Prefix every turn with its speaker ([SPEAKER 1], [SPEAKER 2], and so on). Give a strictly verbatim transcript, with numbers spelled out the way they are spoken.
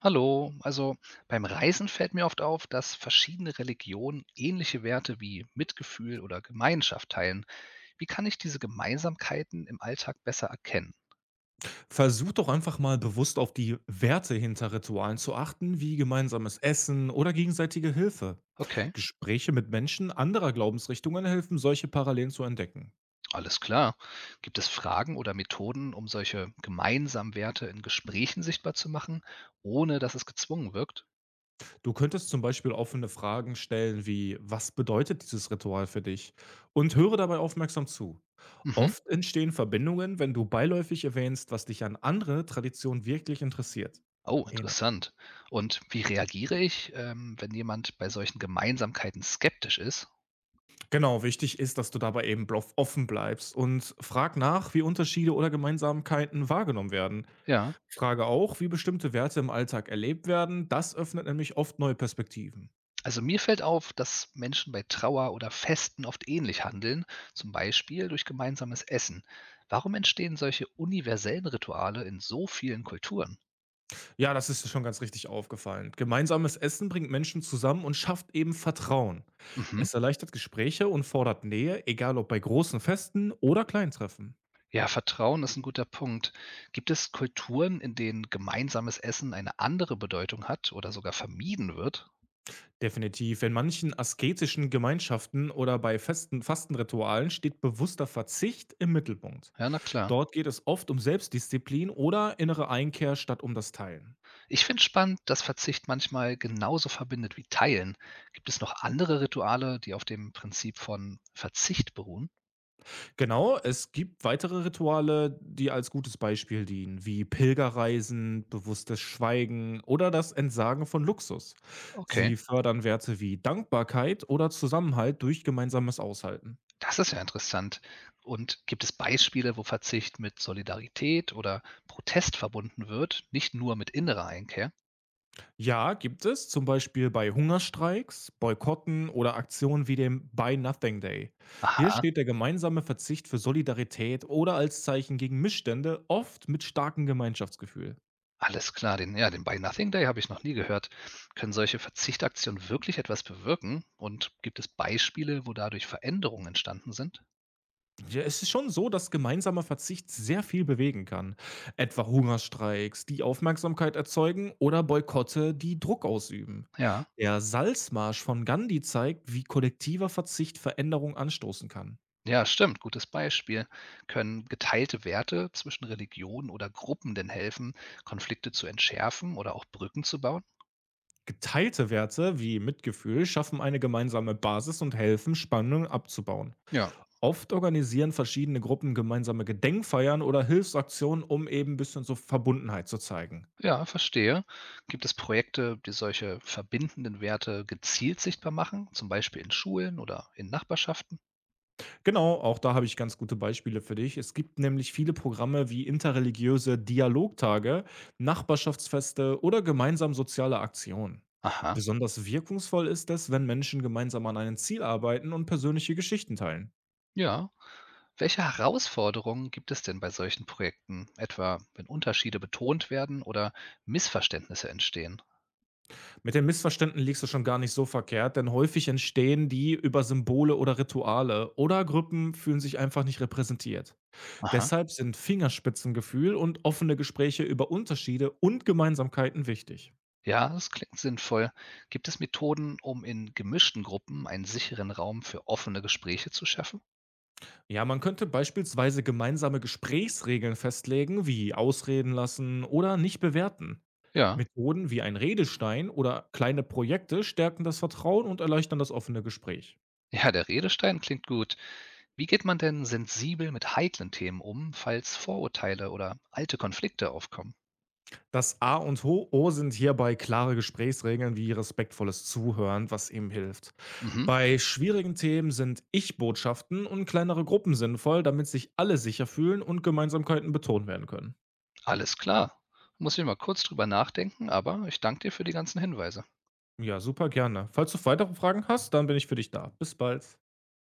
[SPEAKER 1] Hallo, also beim Reisen fällt mir oft auf, dass verschiedene Religionen ähnliche Werte wie Mitgefühl oder Gemeinschaft teilen. Wie kann ich diese Gemeinsamkeiten im Alltag besser erkennen?
[SPEAKER 2] Versuch doch einfach mal bewusst auf die Werte hinter Ritualen zu achten, wie gemeinsames Essen oder gegenseitige Hilfe.
[SPEAKER 1] Okay,
[SPEAKER 2] Gespräche mit Menschen anderer Glaubensrichtungen helfen, solche Parallelen zu entdecken.
[SPEAKER 1] alles klar. Gibt es Fragen oder Methoden, um solche gemeinsamen Werte in Gesprächen sichtbar zu machen, ohne dass es gezwungen wirkt?
[SPEAKER 2] Du könntest zum Beispiel offene Fragen stellen wie, was bedeutet dieses Ritual für dich? Und höre dabei aufmerksam zu.
[SPEAKER 1] Mhm.
[SPEAKER 2] Oft entstehen Verbindungen, wenn du beiläufig erwähnst, was dich an andere Traditionen wirklich interessiert.
[SPEAKER 1] Oh, interessant. Und wie reagiere ich, ähm, wenn jemand bei solchen Gemeinsamkeiten skeptisch ist?
[SPEAKER 2] Genau, wichtig ist, dass du dabei eben blof- offen bleibst und frag nach, wie Unterschiede oder Gemeinsamkeiten wahrgenommen werden.
[SPEAKER 1] Ja.
[SPEAKER 2] Frage auch, wie bestimmte Werte im Alltag erlebt werden. Das öffnet nämlich oft neue Perspektiven.
[SPEAKER 1] Also mir fällt auf, dass Menschen bei Trauer oder Festen oft ähnlich handeln, zum Beispiel durch gemeinsames Essen. Warum entstehen solche universellen Rituale in so vielen Kulturen?
[SPEAKER 2] Ja, das ist dir schon ganz richtig aufgefallen. Gemeinsames Essen bringt Menschen zusammen und schafft eben Vertrauen.
[SPEAKER 1] Mhm.
[SPEAKER 2] Es erleichtert Gespräche und fordert Nähe, egal ob bei großen Festen oder Kleintreffen.
[SPEAKER 1] Ja, Vertrauen ist ein guter Punkt. Gibt es Kulturen, in denen gemeinsames Essen eine andere Bedeutung hat oder sogar vermieden wird?
[SPEAKER 2] Definitiv. In manchen asketischen Gemeinschaften oder bei festen Fastenritualen steht bewusster Verzicht im Mittelpunkt.
[SPEAKER 1] Ja, na klar.
[SPEAKER 2] Dort geht es oft um Selbstdisziplin oder innere Einkehr statt um das Teilen.
[SPEAKER 1] Ich finde spannend, dass Verzicht manchmal genauso verbindet wie Teilen. Gibt es noch andere Rituale, die auf dem Prinzip von Verzicht beruhen?
[SPEAKER 2] Genau, es gibt weitere Rituale, die als gutes Beispiel dienen, wie Pilgerreisen, bewusstes Schweigen oder das Entsagen von Luxus.
[SPEAKER 1] Okay.
[SPEAKER 2] Sie fördern Werte wie Dankbarkeit oder Zusammenhalt durch gemeinsames Aushalten.
[SPEAKER 1] Das ist ja interessant. Und gibt es Beispiele, wo Verzicht mit Solidarität oder Protest verbunden wird, nicht nur mit innerer Einkehr?
[SPEAKER 2] Ja, gibt es, zum Beispiel bei Hungerstreiks, Boykotten oder Aktionen wie dem Buy Nothing Day. Hier
[SPEAKER 1] Aha,
[SPEAKER 2] steht der gemeinsame Verzicht für Solidarität oder als Zeichen gegen Missstände, oft mit starkem Gemeinschaftsgefühl.
[SPEAKER 1] alles klar. Den, ja, den Buy Nothing Day habe ich noch nie gehört. Können solche Verzichtaktionen wirklich etwas bewirken? Und gibt es Beispiele, wo dadurch Veränderungen entstanden sind?
[SPEAKER 2] Ja, es ist schon so, dass gemeinsamer Verzicht sehr viel bewegen kann. Etwa Hungerstreiks, die Aufmerksamkeit erzeugen, oder Boykotte, die Druck ausüben.
[SPEAKER 1] Ja,
[SPEAKER 2] Der Salzmarsch von Gandhi zeigt, wie kollektiver Verzicht Veränderung anstoßen kann.
[SPEAKER 1] ja, stimmt. Gutes Beispiel. Können geteilte Werte zwischen Religionen oder Gruppen denn helfen, Konflikte zu entschärfen oder auch Brücken zu bauen?
[SPEAKER 2] Geteilte Werte wie Mitgefühl schaffen eine gemeinsame Basis und helfen, Spannungen abzubauen.
[SPEAKER 1] Ja.
[SPEAKER 2] Oft organisieren verschiedene Gruppen gemeinsame Gedenkfeiern oder Hilfsaktionen, um eben ein bisschen so Verbundenheit zu zeigen.
[SPEAKER 1] Ja, verstehe. Gibt es Projekte, die solche verbindenden Werte gezielt sichtbar machen, zum Beispiel in Schulen oder in Nachbarschaften?
[SPEAKER 2] Genau, auch da habe ich ganz gute Beispiele für dich. Es gibt nämlich viele Programme wie interreligiöse Dialogtage, Nachbarschaftsfeste oder gemeinsam soziale Aktionen.
[SPEAKER 1] Aha,
[SPEAKER 2] Besonders wirkungsvoll ist es, wenn Menschen gemeinsam an einem Ziel arbeiten und persönliche Geschichten teilen.
[SPEAKER 1] ja. Welche Herausforderungen gibt es denn bei solchen Projekten, etwa wenn Unterschiede betont werden oder Missverständnisse entstehen?
[SPEAKER 2] Mit den Missverständen liegst du schon gar nicht so verkehrt, denn häufig entstehen die über Symbole oder Rituale, oder Gruppen fühlen sich einfach nicht repräsentiert.
[SPEAKER 1] Aha,
[SPEAKER 2] Deshalb sind Fingerspitzengefühl und offene Gespräche über Unterschiede und Gemeinsamkeiten wichtig.
[SPEAKER 1] ja, das klingt sinnvoll. Gibt es Methoden, um in gemischten Gruppen einen sicheren Raum für offene Gespräche zu schaffen?
[SPEAKER 2] Ja, man könnte beispielsweise gemeinsame Gesprächsregeln festlegen, wie ausreden lassen oder nicht bewerten.
[SPEAKER 1] Ja,
[SPEAKER 2] Methoden wie ein Redestein oder kleine Projekte stärken das Vertrauen und erleichtern das offene Gespräch.
[SPEAKER 1] ja, der Redestein klingt gut. Wie geht man denn sensibel mit heiklen Themen um, falls Vorurteile oder alte Konflikte aufkommen?
[SPEAKER 2] Das A und Ho O sind hierbei klare Gesprächsregeln wie respektvolles Zuhören, was ihm hilft.
[SPEAKER 1] Mhm,
[SPEAKER 2] Bei schwierigen Themen sind Ich-Botschaften und kleinere Gruppen sinnvoll, damit sich alle sicher fühlen und Gemeinsamkeiten betont werden können.
[SPEAKER 1] alles klar. Muss ich mal kurz drüber nachdenken, aber ich danke dir für die ganzen Hinweise.
[SPEAKER 2] Ja, super gerne. Falls du weitere Fragen hast, dann bin ich für dich da. Bis bald.